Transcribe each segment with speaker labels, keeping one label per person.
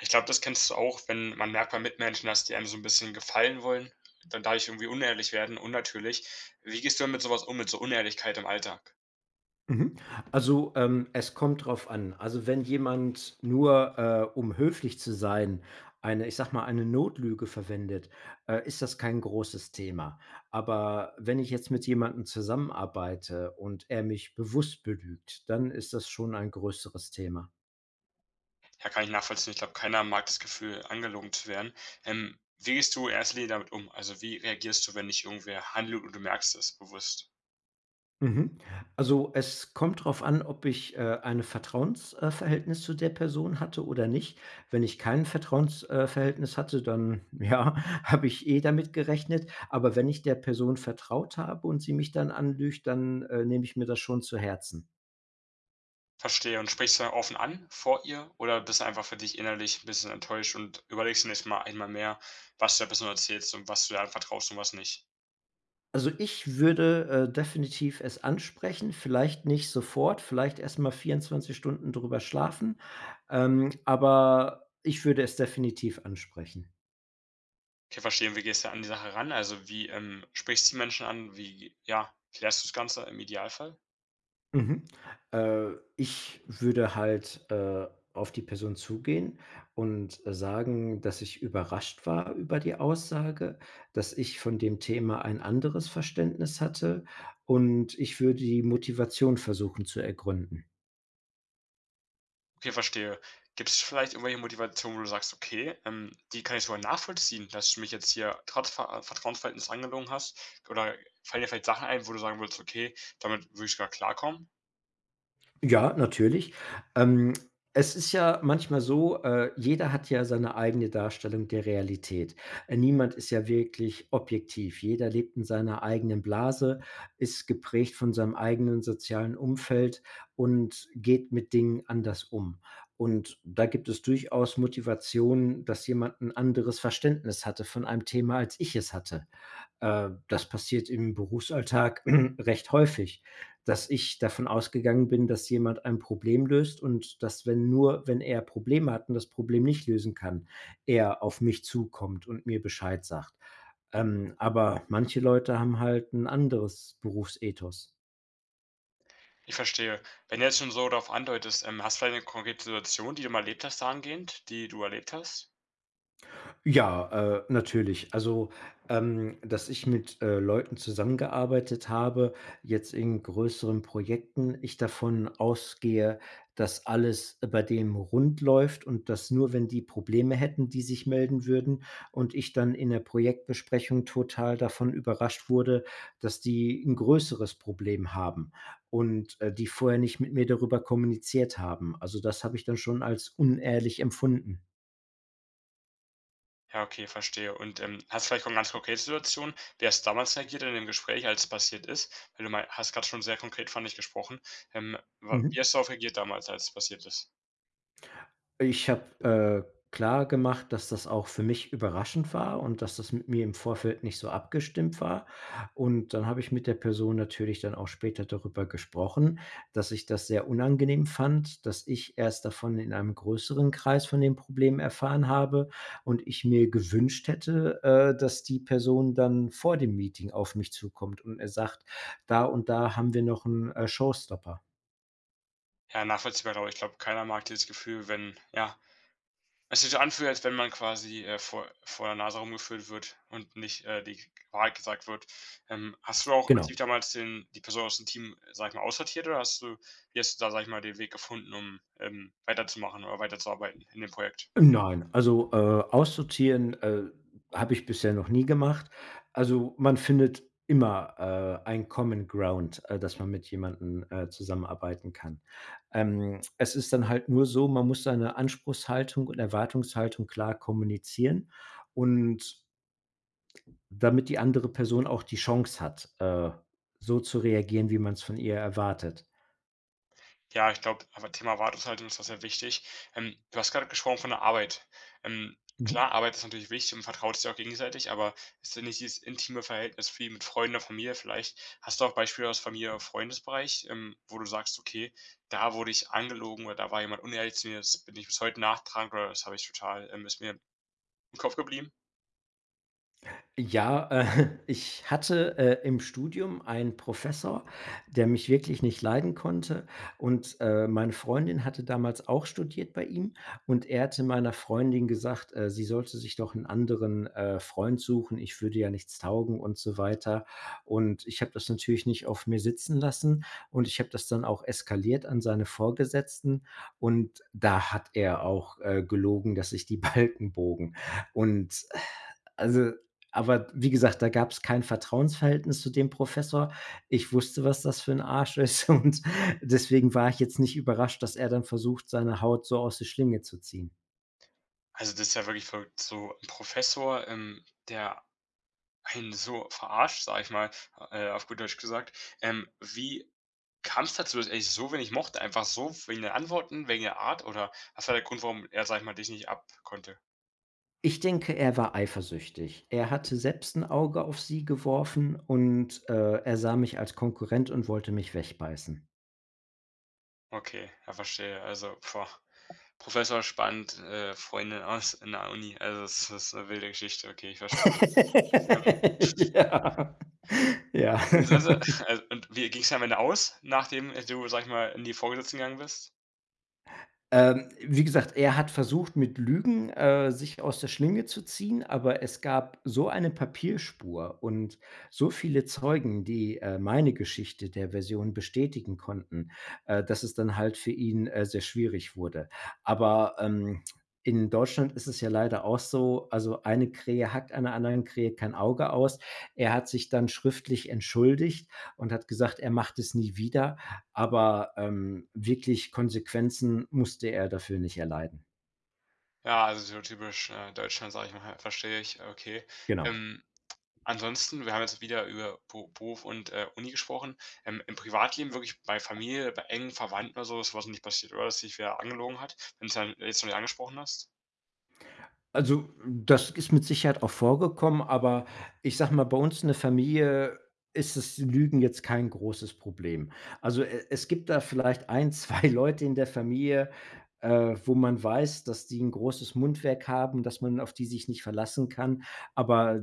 Speaker 1: Ich glaube, das kennst du auch, wenn man merkt bei Mitmenschen, dass die einem so ein bisschen gefallen wollen, dann dadurch irgendwie unehrlich werden, unnatürlich. Wie gehst du denn mit sowas um, mit so Unehrlichkeit im Alltag?
Speaker 2: Mhm. Also, es kommt drauf an. Also, wenn jemand nur, um höflich zu sein, eine, ich sage mal, eine Notlüge verwendet, ist das kein großes Thema. Aber wenn ich jetzt mit jemandem zusammenarbeite und er mich bewusst belügt, dann ist das schon ein größeres Thema.
Speaker 1: Ja, kann ich nachvollziehen. Ich glaube, keiner mag das Gefühl, angelogen zu werden. Wie gehst du in erster Linie damit um? Also, wie reagierst du, wenn dich irgendwer handelt und du merkst es bewusst?
Speaker 2: Mhm. Also, es kommt drauf an, ob ich, eine Vertrauensverhältnis Verhältnis zu der Person hatte oder nicht. Wenn ich kein Vertrauensverhältnis Verhältnis hatte, dann, ja, habe ich eh damit gerechnet. Aber wenn ich der Person vertraut habe und sie mich dann anlügt, dann, nehme ich mir das schon zu Herzen.
Speaker 1: Verstehe. Und sprichst du dann offen an vor ihr oder bist du einfach für dich innerlich ein bisschen enttäuscht und überlegst dir nächstes Mal einmal mehr, was du der Person erzählst und was du ihr vertraust und was nicht?
Speaker 2: Also, ich würde, definitiv es ansprechen, vielleicht nicht sofort, vielleicht erst mal 24 Stunden drüber schlafen, aber ich würde es definitiv ansprechen.
Speaker 1: Okay, verstehe. Und wie gehst du an die Sache ran? Also, wie, sprichst du die Menschen an? Wie, ja, klärst du das Ganze im Idealfall?
Speaker 2: Mhm. Äh, ich würde halt, auf die Person zugehen und sagen, dass ich überrascht war über die Aussage, dass ich von dem Thema ein anderes Verständnis hatte, und ich würde die Motivation versuchen zu ergründen.
Speaker 1: Okay, verstehe. Gibt es vielleicht irgendwelche Motivationen, wo du sagst: „Okay, die kann ich sogar nachvollziehen, dass du mich jetzt hier trotz Vertrauensverhältnis angelogen hast?“ Oder fallen dir vielleicht Sachen ein, wo du sagen würdest: „Okay, damit würde ich sogar klarkommen?“
Speaker 2: Ja, natürlich. Ähm, es ist ja manchmal so, jeder hat ja seine eigene Darstellung der Realität. Niemand ist ja wirklich objektiv. Jeder lebt in seiner eigenen Blase, ist geprägt von seinem eigenen sozialen Umfeld und geht mit Dingen anders um. Und da gibt es durchaus Motivationen, dass jemand ein anderes Verständnis hatte von einem Thema, als ich es hatte. Das passiert im Berufsalltag recht häufig, dass ich davon ausgegangen bin, dass jemand ein Problem löst und dass, wenn er Probleme hat und das Problem nicht lösen kann, er auf mich zukommt und mir Bescheid sagt. Aber manche Leute haben halt ein anderes Berufsethos.
Speaker 1: Ich verstehe. Wenn du jetzt schon so darauf andeutest, hast du vielleicht eine konkrete Situation, die du mal erlebt hast dahingehend, die du erlebt hast?
Speaker 2: Ja, natürlich. Also, dass ich mit, Leuten zusammengearbeitet habe, jetzt in größeren Projekten, ich davon ausgehe, dass alles bei dem rund läuft und dass nur, wenn die Probleme hätten, die sich melden würden und ich dann in der Projektbesprechung total davon überrascht wurde, dass die ein größeres Problem haben und, die vorher nicht mit mir darüber kommuniziert haben. Also, das habe ich dann schon als unehrlich empfunden.
Speaker 1: Ja, okay, verstehe. Und, hast du vielleicht auch 'ne ganz konkrete Situation, wie hast du damals reagiert in dem Gespräch, als es passiert ist? Weil du mei hast gerade schon sehr konkret, fand ich, gesprochen. Wa
Speaker 2: Mhm.
Speaker 1: Wie hast du darauf reagiert damals, als es passiert ist?
Speaker 2: Ich habe, klar gemacht, dass das auch für mich überraschend war und dass das mit mir im Vorfeld nicht so abgestimmt war. Und dann habe ich mit der Person natürlich dann auch später darüber gesprochen, dass ich das sehr unangenehm fand, dass ich erst davon in einem größeren Kreis von dem Problem erfahren habe und ich mir gewünscht hätte, dass die Person dann vor dem Meeting auf mich zukommt und, er sagt: „Da und da haben wir noch einen Showstopper."
Speaker 1: Ja, nachvollziehbar, glaube ich. Ich glaube, keiner mag dieses Gefühl, wenn ja, es sich so anfühlt, als wenn man quasi, vor der Nase rumgeführt wird und nicht, die Wahrheit gesagt wird. Hast du auch
Speaker 2: Genau.
Speaker 1: aktiv damals den die Person aus dem Team, sag ich mal, aussortiert oder hast du wie hast du da, sag ich mal, den Weg gefunden, um, weiterzumachen oder weiterzuarbeiten in dem Projekt?
Speaker 2: Nein, also, aussortieren, habe ich bisher noch nie gemacht. Also, man findet immer, ein Common Ground, dass man mit jemandem, zusammenarbeiten kann. Es ist dann halt nur so, man muss seine Anspruchshaltung und Erwartungshaltung klar kommunizieren und damit die andere Person auch die Chance hat, so zu reagieren, wie man es von ihr erwartet.
Speaker 1: Ja, ich glaube, aber Thema Erwartungshaltung ist da sehr wichtig. Du hast gerade gesprochen von der Arbeit. Ähm, klar, Arbeit ist natürlich wichtig und man vertraut sich auch gegenseitig, aber ist denn nicht dieses intime Verhältnis wie mit Freunden oder Familie vielleicht? Hast du auch Beispiele aus Familie oder Freundesbereich, wo du sagst, okay, da wurde ich angelogen oder da war jemand unehrlich zu mir, das bin ich bis heute nachtragend oder das habe ich total, ist mir im Kopf geblieben?
Speaker 2: Ja, ich hatte, im Studium einen Professor, der mich wirklich nicht leiden konnte, und, meine Freundin hatte damals auch studiert bei ihm, und er hatte meiner Freundin gesagt, sie sollte sich doch einen anderen, Freund suchen, ich würde ja nichts taugen und so weiter. Und ich habe das natürlich nicht auf mir sitzen lassen, und ich habe das dann auch eskaliert an seine Vorgesetzten, und da hat er auch, gelogen, dass sich die Balken bogen. Und, also, aber wie gesagt, da gab es kein Vertrauensverhältnis zu dem Professor. Ich wusste, was das für ein Arsch ist, und deswegen war ich jetzt nicht überrascht, dass er dann versucht, seine Haut so aus der Schlinge zu ziehen.
Speaker 1: Also das ist ja wirklich verrückt. So ein Professor, der einen so verarscht, sag ich mal, auf gut Deutsch gesagt. Wie Kam's dazu, dass er dich so wenig mochte? Einfach so wegen den Antworten, wegen der Art oder was war der Grund, warum er, sag ich mal, dich nicht ab konnte?
Speaker 2: Ich denke, er war eifersüchtig. Er hatte selbst ein Auge auf sie geworfen, und, er sah mich als Konkurrent und wollte mich wegbeißen.
Speaker 1: Okay, ja, verstehe. Also, boah, Professor spannend, Freundin aus in der Uni. Also, das ist eine wilde Geschichte. Okay, ich verstehe. Ähm,
Speaker 2: Ja. Ja.
Speaker 1: und, das, also, und wie ging es am Ende aus, nachdem, du, sag ich mal, in die Vorgesetzten gegangen bist?
Speaker 2: Wie gesagt, er hat versucht, mit Lügen, sich aus der Schlinge zu ziehen, aber es gab so eine Papierspur und so viele Zeugen, die, meine Geschichte der Version bestätigen konnten, dass es dann halt für ihn, sehr schwierig wurde. Aber, in Deutschland ist es ja leider auch so, also eine Krähe hackt einer anderen Krähe kein Auge aus. Er hat sich dann schriftlich entschuldigt und hat gesagt, er macht es nie wieder, aber, wirklich Konsequenzen musste er dafür nicht erleiden.
Speaker 1: Ja, also so typisch, Deutschland, sag ich mal, verstehe ich, okay.
Speaker 2: Genau.
Speaker 1: Ähm, Ansonsten, wir haben jetzt wieder über Be Beruf und, Uni gesprochen. Im Privatleben wirklich bei Familie, bei engen Verwandten oder so, ist so was nicht passiert, oder? Dass sich wer angelogen hat, wenn's dann jetzt noch nicht angesprochen hast?
Speaker 2: Also, das ist mit Sicherheit auch vorgekommen, aber ich sage mal, bei uns in der Familie ist das Lügen jetzt kein großes Problem. Also, e es gibt da vielleicht ein, 2 Leute in der Familie, wo man weiß, dass die 'n großes Mundwerk haben, dass man auf die sich nicht verlassen kann, aber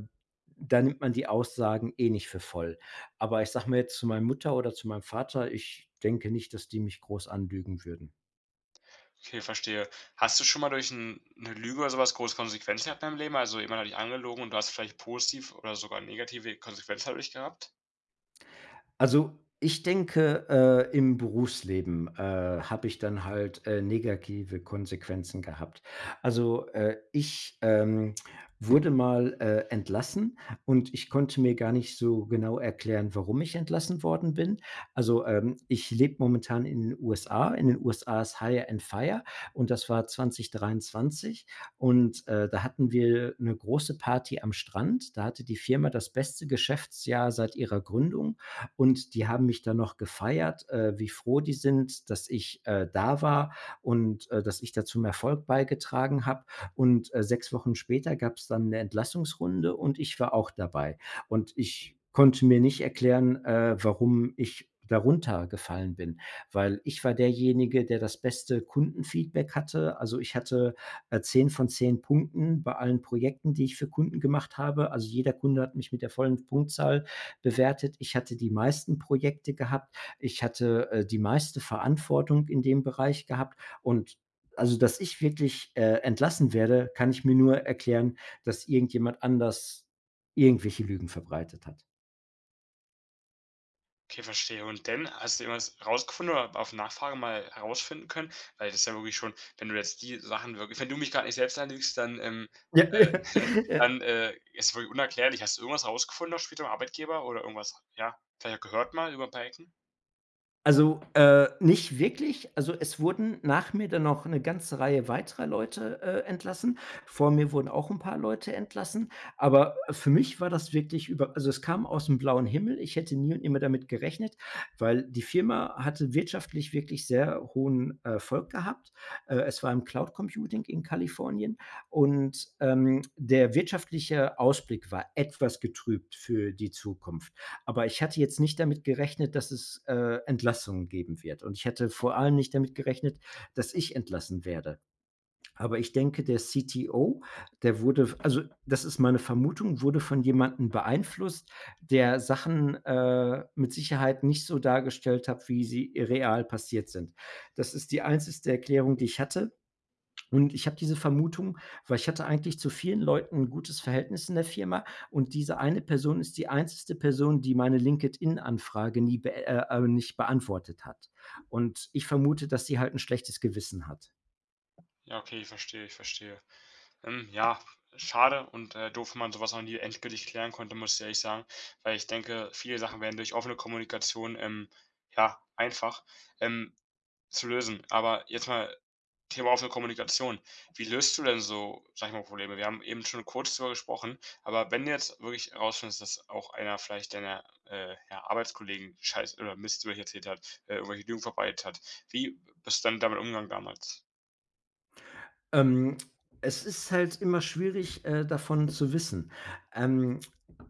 Speaker 2: da nimmt man die Aussagen eh nicht für voll. Aber ich sage mal jetzt zu meiner Mutter oder zu meinem Vater, ich denke nicht, dass die mich groß anlügen würden.
Speaker 1: Okay, verstehe. Hast du schon mal durch 'n 'ne Lüge oder sowas große Konsequenzen gehabt in deinem Leben? Also, jemand hat dich angelogen und du hast vielleicht positiv oder sogar negative Konsequenzen dadurch gehabt?
Speaker 2: Also, ich denke, im Berufsleben, habe ich dann halt, negative Konsequenzen gehabt. Also, ich, wurde mal, entlassen, und ich konnte mir gar nicht so genau erklären, warum ich entlassen worden bin. Also, ich lebe momentan in den USA. In den USA ist Hire and Fire, und das war 2023, und, da hatten wir eine große Party am Strand. Da hatte die Firma das beste Geschäftsjahr seit ihrer Gründung, und die haben mich dann noch gefeiert, wie froh die sind, dass ich, da war, und, dass ich da zum Erfolg beigetragen habe. Und, 6 Wochen später gab es dann eine Entlassungsrunde, und ich war auch dabei. Und ich konnte mir nicht erklären, warum ich darunter gefallen bin, weil ich war derjenige, der das beste Kundenfeedback hatte. Also, ich hatte, 10 von 10 Punkten bei allen Projekten, die ich für Kunden gemacht habe. Also, jeder Kunde hat mich mit der vollen Punktzahl bewertet. Ich hatte die meisten Projekte gehabt. Ich hatte die meiste Verantwortung in dem Bereich gehabt, und also, dass ich wirklich entlassen werde, kann ich mir nur erklären, dass irgendjemand anders irgendwelche Lügen verbreitet hat.
Speaker 1: Okay, verstehe. Und dann, hast du irgendwas rausgefunden oder auf Nachfrage mal herausfinden können? Weil das ist ja wirklich schon wenn du jetzt die Sachen wirklich wenn du mich gerade nicht selbst anlügst, dann, äh,
Speaker 2: Ja.
Speaker 1: dann, ist es wirklich unerklärlich. Hast du irgendwas rausgefunden auch später beim Arbeitgeber oder irgendwas, ja, vielleicht auch gehört mal über ein paar Ecken?
Speaker 2: Also, nicht wirklich. Also, es wurden nach mir dann noch eine ganze Reihe weiterer Leute, entlassen. Vor mir wurden auch ein paar Leute entlassen, aber für mich war das wirklich über, also, es kam aus dem blauen Himmel. Ich hätte nie und nimmer damit gerechnet, weil die Firma hatte wirtschaftlich wirklich sehr hohen Erfolg gehabt. Es war im Cloud Computing in Kalifornien, und, der wirtschaftliche Ausblick war etwas getrübt für die Zukunft. Aber ich hatte jetzt nicht damit gerechnet, dass es, Entlassungen geben wird, und ich hatte vor allem nicht damit gerechnet, dass ich entlassen werde. Aber ich denke, der CTO, der wurde, also, das ist meine Vermutung, wurde von jemandem beeinflusst, der Sachen, mit Sicherheit nicht so dargestellt hat, wie sie real passiert sind. Das ist die einzige Erklärung, die ich hatte. Und ich habe diese Vermutung, weil ich hatte eigentlich zu vielen Leuten ein gutes Verhältnis in der Firma, und diese eine Person ist die einzigste Person, die meine LinkedIn-Anfrage nie be nicht beantwortet hat. Und ich vermute, dass sie halt 'n schlechtes Gewissen hat.
Speaker 1: Ja, okay, ich verstehe, ich verstehe. Ja, schade und, doof, wenn man sowas was noch nie endgültig klären konnte, muss ich ehrlich sagen, weil ich denke, viele Sachen wären durch offene Kommunikation, ja, einfach, ähm, zu lösen. Aber jetzt mal Thema offene Kommunikation. Wie löst du denn so, sag ich mal, Probleme? Wir haben eben schon kurz darüber gesprochen, aber wenn du jetzt wirklich herausfindest, dass auch einer vielleicht deiner ja, Arbeitskollegen Scheiß oder Mist über dich erzählt hat, irgendwelche Lügen verbreitet hat, wie bist du dann damit umgegangen damals?
Speaker 2: Ähm, es ist halt immer schwierig, davon zu wissen. Ähm,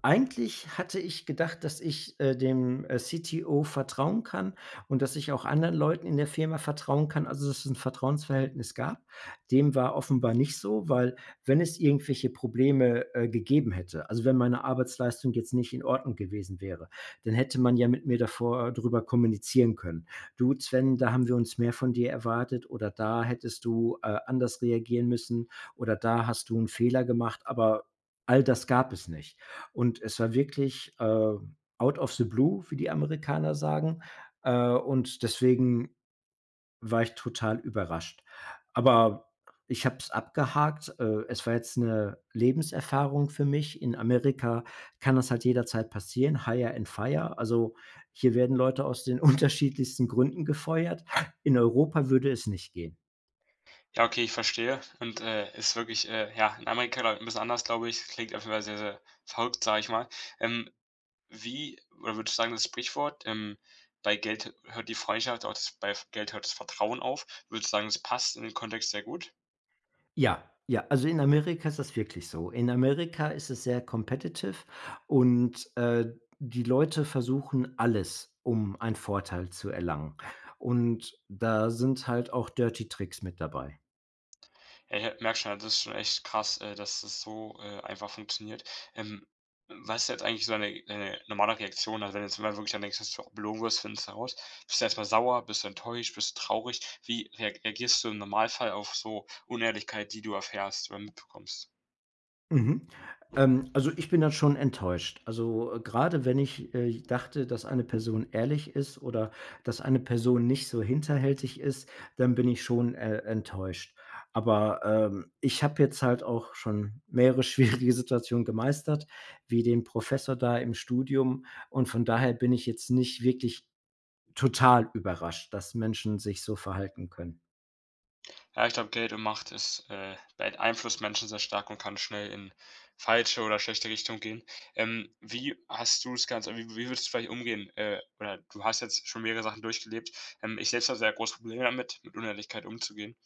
Speaker 2: eigentlich hatte ich gedacht, dass ich, dem, CTO vertrauen kann und dass ich auch anderen Leuten in der Firma vertrauen kann, also dass es ein Vertrauensverhältnis gab. Dem war offenbar nicht so, weil wenn es irgendwelche Probleme, gegeben hätte, also wenn meine Arbeitsleistung jetzt nicht in Ordnung gewesen wäre, dann hätte man ja mit mir davor drüber kommunizieren können: du Sven, da haben wir uns mehr von dir erwartet, oder da hättest du anders reagieren müssen, oder da hast du einen Fehler gemacht, aber all das gab es nicht. Und es war wirklich, out of the blue, wie die Amerikaner sagen. Und deswegen war ich total überrascht. Aber ich habe es abgehakt. Es war jetzt eine Lebenserfahrung für mich. In Amerika kann das halt jederzeit passieren, hire and fire. Also, hier werden Leute aus den unterschiedlichsten Gründen gefeuert. In Europa würde es nicht gehen.
Speaker 1: Ja, okay, ich verstehe. Und ist wirklich, ja, in Amerika glaub ich, ein bisschen anders, glaube ich. Klingt auf jeden Fall sehr, sehr verrückt, sage ich mal. Ähm, Wie oder würdest du sagen, das Sprichwort, „Bei Geld hört die Freundschaft, auch das bei Geld hört das Vertrauen auf“, würdest du sagen, das passt in den Kontext sehr gut?
Speaker 2: Ja, ja, also in Amerika ist das wirklich so. In Amerika ist es sehr competitive, und, die Leute versuchen alles, um einen Vorteil zu erlangen. Und da sind halt auch Dirty Tricks mit dabei.
Speaker 1: Ja, ich merke schon, das ist schon echt krass, dass das so, einfach funktioniert. Ähm, was ist jetzt eigentlich so deine normale Reaktion? Also, wenn jetzt mal wirklich dann denkst, dass du auch belogen wirst, findest du heraus. Bist du erstmal sauer? Bist du enttäuscht? Bist du traurig? Wie reagierst du im Normalfall auf so Unehrlichkeit, die du erfährst oder mitbekommst?
Speaker 2: Mhm. Also, ich bin dann schon enttäuscht. Also, grade wenn ich, dachte, dass eine Person ehrlich ist oder dass eine Person nicht so hinterhältig ist, dann bin ich schon, enttäuscht. Aber, ich habe jetzt halt auch schon mehrere schwierige Situationen gemeistert, wie den Professor da im Studium, und von daher bin ich jetzt nicht wirklich total überrascht, dass Menschen sich so verhalten können.
Speaker 1: Ja, ich glaube, Geld und Macht ist, beeinflusst Menschen sehr stark und kann schnell in falsche oder schlechte Richtung gehen. Wie hast du es ganz wie Wie würdest du vielleicht umgehen? Oder du hast jetzt schon mehrere Sachen durchgelebt. Ich selbst habe sehr große Probleme damit, mit Unehrlichkeit umzugehen.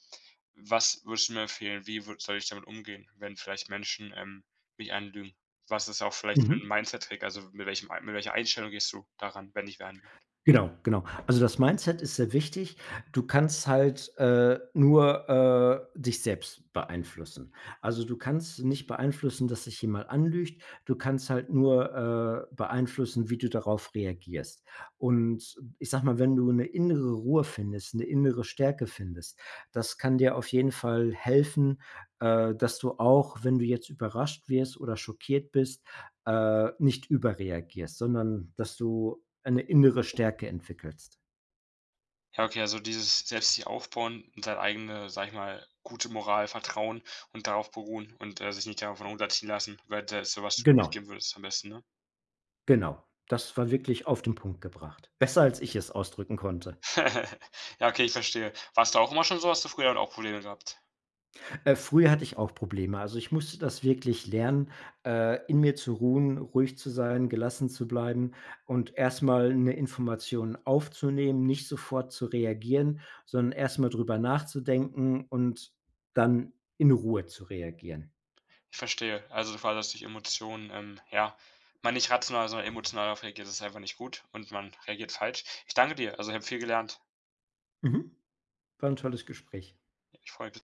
Speaker 1: Was würdest du mir empfehlen? Wie wür soll ich damit umgehen, wenn vielleicht Menschen, mich anlügen? Was ist auch vielleicht für 'n
Speaker 2: Mhm.
Speaker 1: Mindset-Trick? Also, mit welchem mit welcher Einstellung gehst du daran, wenn dich wer anlügt?
Speaker 2: Genau, genau. Also, das Mindset ist sehr wichtig. Du kannst halt, nur, dich selbst beeinflussen. Also, du kannst nicht beeinflussen, dass sich jemand anlügt. Du kannst halt nur, beeinflussen, wie du darauf reagierst. Und ich sage mal, wenn du eine innere Ruhe findest, eine innere Stärke findest, das kann dir auf jeden Fall helfen, dass du auch, wenn du jetzt überrascht wirst oder schockiert bist, nicht überreagierst, sondern dass du eine innere Stärke entwickelst.
Speaker 1: Ja, okay, also dieses selbst sich aufbauen und seine eigene, sag ich mal, gute Moral vertrauen und darauf beruhen und, sich nicht davon runterziehen lassen, weil da so was
Speaker 2: Genau,
Speaker 1: mitgeben würdest am besten, ne?
Speaker 2: genau. Das war wirklich auf den Punkt gebracht. Besser, als ich es ausdrücken konnte.
Speaker 1: Ja, okay, ich verstehe. Warst du auch immer schon so? Hast du früher auch Probleme gehabt?
Speaker 2: Früher hatte ich auch Probleme. Also, ich musste das wirklich lernen, in mir zu ruhen, ruhig zu sein, gelassen zu bleiben, und erstmal eine Information aufzunehmen, nicht sofort zu reagieren, sondern erstmal drüber nachzudenken und dann in Ruhe zu reagieren.
Speaker 1: Ich verstehe. Also quasi, dass durch Emotionen, ja, man nicht rational, sondern emotional darauf reagiert. Das ist einfach nicht gut und man reagiert falsch. Ich danke dir. Also, ich habe viel gelernt.
Speaker 2: Mhm. War ein tolles Gespräch.
Speaker 1: Ich freue mich.